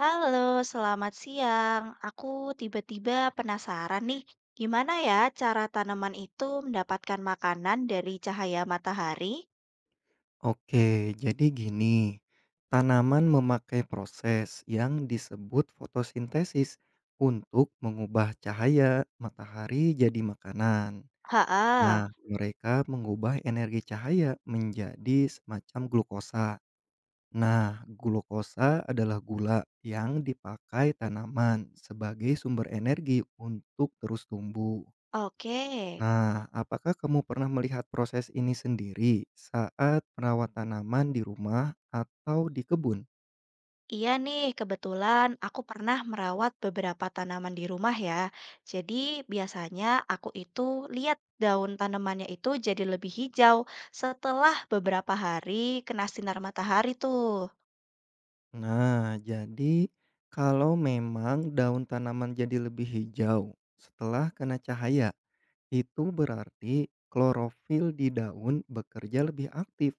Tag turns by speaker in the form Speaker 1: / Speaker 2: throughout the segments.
Speaker 1: Halo, selamat siang. Aku tiba-tiba penasaran nih, gimana ya cara tanaman itu mendapatkan makanan dari cahaya matahari?
Speaker 2: Oke, jadi gini, tanaman memakai proses yang disebut fotosintesis untuk mengubah cahaya matahari jadi makanan.
Speaker 1: Haa,
Speaker 2: Nah, mereka mengubah energi cahaya menjadi semacam glukosa. Nah, glukosa adalah gula yang dipakai tanaman sebagai sumber energi untuk terus tumbuh.
Speaker 1: oke.
Speaker 2: Nah, apakah kamu pernah melihat proses ini sendiri saat merawat tanaman di rumah atau di kebun?
Speaker 1: Iya nih, kebetulan aku pernah merawat beberapa tanaman di rumah ya. Jadi biasanya aku itu lihat daun tanamannya itu jadi lebih hijau setelah beberapa hari kena sinar matahari tuh.
Speaker 2: Nah, jadi kalau memang daun tanaman jadi lebih hijau setelah kena cahaya, itu berarti klorofil di daun bekerja lebih aktif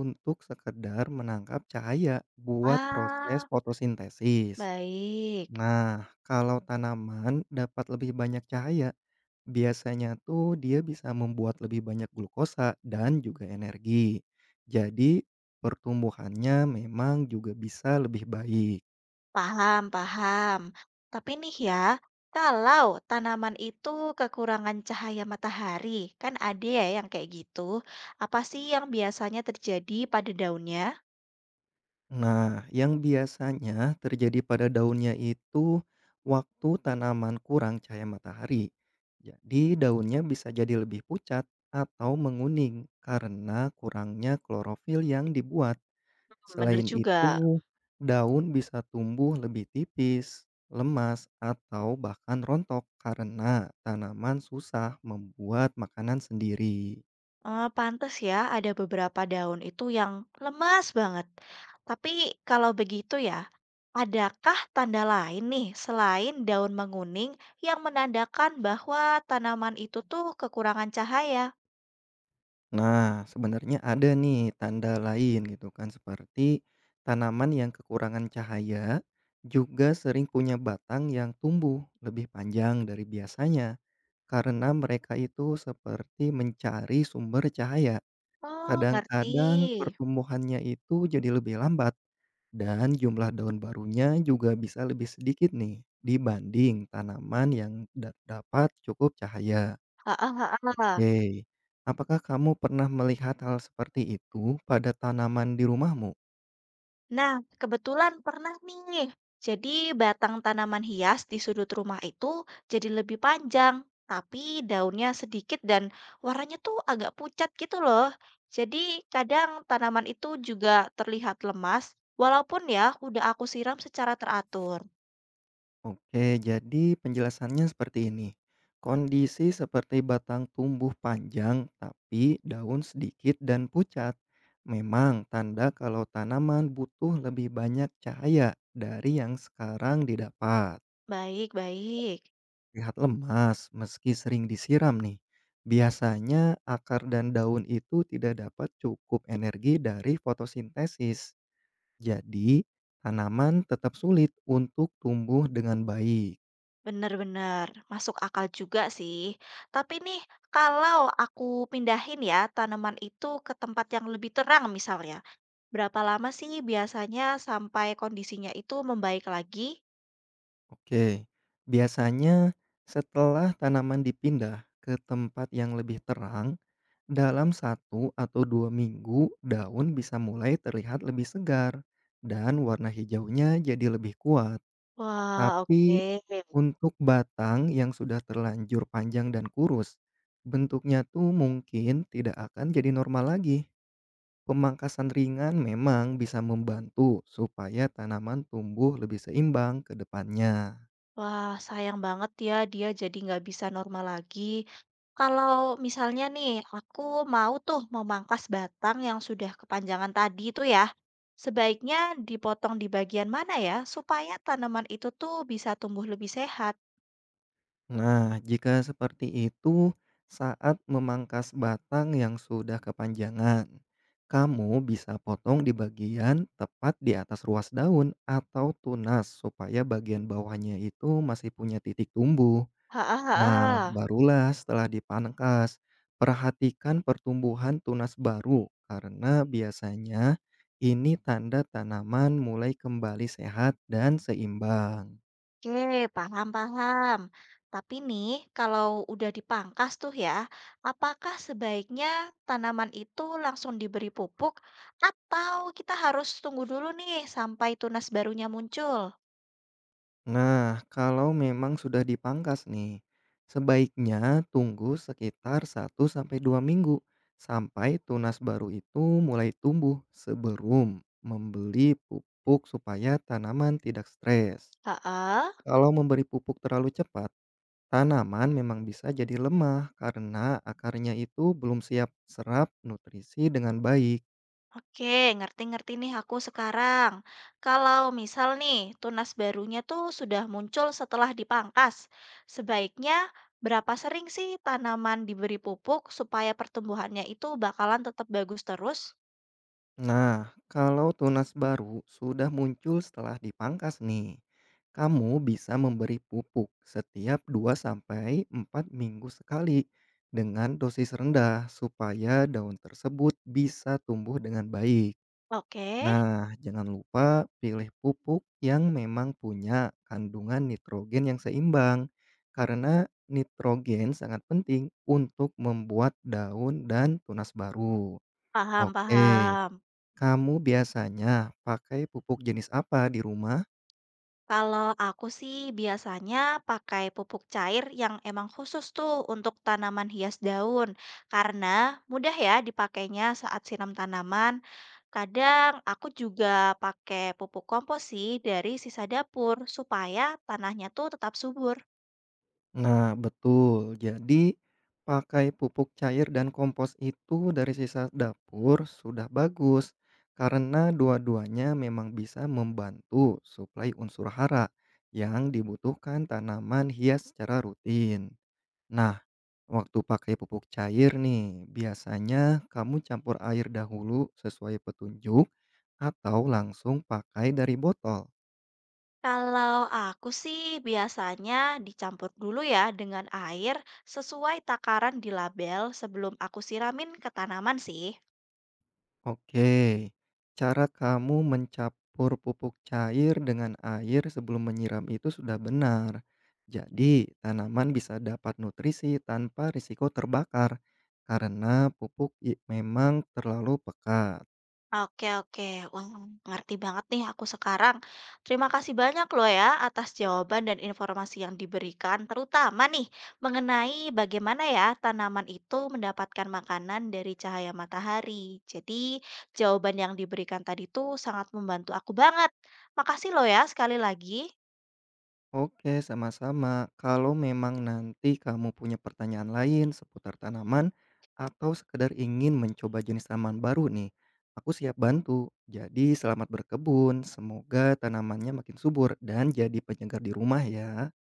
Speaker 2: untuk sekedar menangkap cahaya buat proses
Speaker 1: Ah,
Speaker 2: fotosintesis.
Speaker 1: baik.
Speaker 2: Nah, kalau tanaman dapat lebih banyak cahaya, biasanya tuh dia bisa membuat lebih banyak glukosa dan juga energi. Jadi pertumbuhannya memang juga bisa lebih baik.
Speaker 1: Paham, paham. Tapi nih ya, kalau tanaman itu kekurangan cahaya matahari, kan ada ya yang kayak gitu. Apa sih yang biasanya terjadi pada daunnya?
Speaker 2: Nah, yang biasanya terjadi pada daunnya itu waktu tanaman kurang cahaya matahari. Jadi daunnya bisa jadi lebih pucat atau menguning karena kurangnya klorofil yang dibuat.
Speaker 1: Bener
Speaker 2: Selain
Speaker 1: juga.
Speaker 2: itu, daun bisa tumbuh lebih tipis, lemas, atau bahkan rontok karena tanaman susah membuat makanan sendiri.
Speaker 1: Eh, pantes ya, ada beberapa daun itu yang lemas banget. Tapi kalau begitu ya, adakah tanda lain nih selain daun menguning yang menandakan bahwa tanaman itu tuh kekurangan cahaya?
Speaker 2: Nah, sebenarnya ada nih tanda lain gitu kan seperti tanaman yang kekurangan cahaya juga sering punya batang yang tumbuh lebih panjang dari biasanya karena mereka itu seperti mencari sumber cahaya.
Speaker 1: Oh, ngerti.
Speaker 2: Kadang-kadang pertumbuhannya itu jadi lebih lambat dan jumlah daun barunya juga bisa lebih sedikit nih dibanding tanaman yang dapat cukup cahaya.
Speaker 1: Heeh heeh.
Speaker 2: Hei, apakah kamu pernah melihat hal seperti itu pada tanaman di rumahmu?
Speaker 1: Nah, kebetulan pernah nih. Jadi batang tanaman hias di sudut rumah itu jadi lebih panjang, tapi daunnya sedikit dan warnanya tuh agak pucat gitu loh. Jadi kadang tanaman itu juga terlihat lemas, walaupun ya udah aku siram secara teratur.
Speaker 2: Oke, jadi penjelasannya seperti ini. Kondisi seperti batang tumbuh panjang tapi daun sedikit dan pucat. Memang tanda kalau tanaman butuh lebih banyak cahaya dari yang sekarang didapat.
Speaker 1: Baik, baik.
Speaker 2: Terlihat lemas meski sering disiram nih. Biasanya akar dan daun itu tidak dapat cukup energi dari fotosintesis. Jadi, tanaman tetap sulit untuk tumbuh dengan baik.
Speaker 1: Bener-bener masuk akal juga sih. Tapi nih, kalau aku pindahin ya tanaman itu ke tempat yang lebih terang misalnya. Berapa lama sih biasanya sampai kondisinya itu membaik lagi?
Speaker 2: Oke. Biasanya setelah tanaman dipindah ke tempat yang lebih terang, dalam 1 atau 2 minggu daun bisa mulai terlihat lebih segar dan warna hijaunya jadi lebih kuat.
Speaker 1: Wah, oke.
Speaker 2: Tapi untuk batang yang sudah terlanjur panjang dan kurus, bentuknya tuh mungkin tidak akan jadi normal lagi. Pemangkasan ringan memang bisa membantu supaya tanaman tumbuh lebih seimbang ke depannya.
Speaker 1: Wah, sayang banget ya dia jadi nggak bisa normal lagi. Kalau misalnya nih, aku mau tuh memangkas batang yang sudah kepanjangan tadi itu ya, sebaiknya dipotong di bagian mana ya supaya tanaman itu tuh bisa tumbuh lebih sehat?
Speaker 2: Nah, jika seperti itu, saat memangkas batang yang sudah kepanjangan, kamu bisa potong di bagian tepat di atas ruas daun atau tunas supaya bagian bawahnya itu masih punya titik tumbuh.
Speaker 1: Heeh,
Speaker 2: Nah,
Speaker 1: heeh.
Speaker 2: barulah setelah dipangkas, perhatikan pertumbuhan tunas baru karena biasanya ini tanda tanaman mulai kembali sehat dan seimbang.
Speaker 1: Oke, paham-paham. Tapi nih, kalau udah dipangkas tuh ya, apakah sebaiknya tanaman itu langsung diberi pupuk atau kita harus tunggu dulu nih sampai tunas barunya muncul?
Speaker 2: Nah, kalau memang sudah dipangkas nih, sebaiknya tunggu sekitar 1 sampai 2 minggu sampai tunas baru itu mulai tumbuh sebelum membeli pupuk supaya tanaman tidak stres.
Speaker 1: Heeh.
Speaker 2: Kalau memberi pupuk terlalu cepat, tanaman memang bisa jadi lemah karena akarnya itu belum siap serap nutrisi dengan baik.
Speaker 1: Oke, ngerti-ngerti nih aku sekarang. Kalau misal nih, tunas barunya tuh sudah muncul setelah dipangkas, sebaiknya berapa sering sih tanaman diberi pupuk supaya pertumbuhannya itu bakalan tetap bagus terus?
Speaker 2: Nah, kalau tunas baru sudah muncul setelah dipangkas nih, kamu bisa memberi pupuk setiap 2 sampai 4 minggu sekali dengan dosis rendah supaya daun tersebut bisa tumbuh dengan baik.
Speaker 1: Oke,
Speaker 2: Nah, jangan lupa pilih pupuk yang memang punya kandungan nitrogen yang seimbang, karena nitrogen sangat penting untuk membuat daun dan tunas baru.
Speaker 1: paham
Speaker 2: Oke,
Speaker 1: paham.
Speaker 2: kamu biasanya pakai pupuk jenis apa di rumah?
Speaker 1: Kalau aku sih biasanya pakai pupuk cair yang emang khusus tuh untuk tanaman hias daun, karena mudah ya dipakainya saat siram tanaman. Kadang aku juga pakai pupuk kompos sih dari sisa dapur supaya tanahnya tuh tetap subur.
Speaker 2: Nah, betul. Jadi, pakai pupuk cair dan kompos itu dari sisa dapur sudah bagus karena dua-duanya memang bisa membantu suplai unsur hara yang dibutuhkan tanaman hias secara rutin. Nah, waktu pakai pupuk cair nih, biasanya kamu campur air dahulu sesuai petunjuk atau langsung pakai dari botol.
Speaker 1: Kalau aku sih biasanya dicampur dulu ya dengan air sesuai takaran di label sebelum aku siramin ke tanaman sih.
Speaker 2: Oke, cara kamu mencampur pupuk cair dengan air sebelum menyiram itu sudah benar. Jadi, tanaman bisa dapat nutrisi tanpa risiko terbakar karena pupuk memang terlalu pekat.
Speaker 1: Oke oke, wah ngerti banget nih aku sekarang. Terima kasih banyak loh ya atas jawaban dan informasi yang diberikan, terutama nih mengenai bagaimana ya tanaman itu mendapatkan makanan dari cahaya matahari. Jadi jawaban yang diberikan tadi tuh sangat membantu aku banget. Makasih loh ya sekali lagi.
Speaker 2: Oke, sama-sama. Kalau memang nanti kamu punya pertanyaan lain seputar tanaman atau sekedar ingin mencoba jenis tanaman baru nih, aku siap bantu. Jadi selamat berkebun, semoga tanamannya makin subur dan jadi penyegar di rumah ya.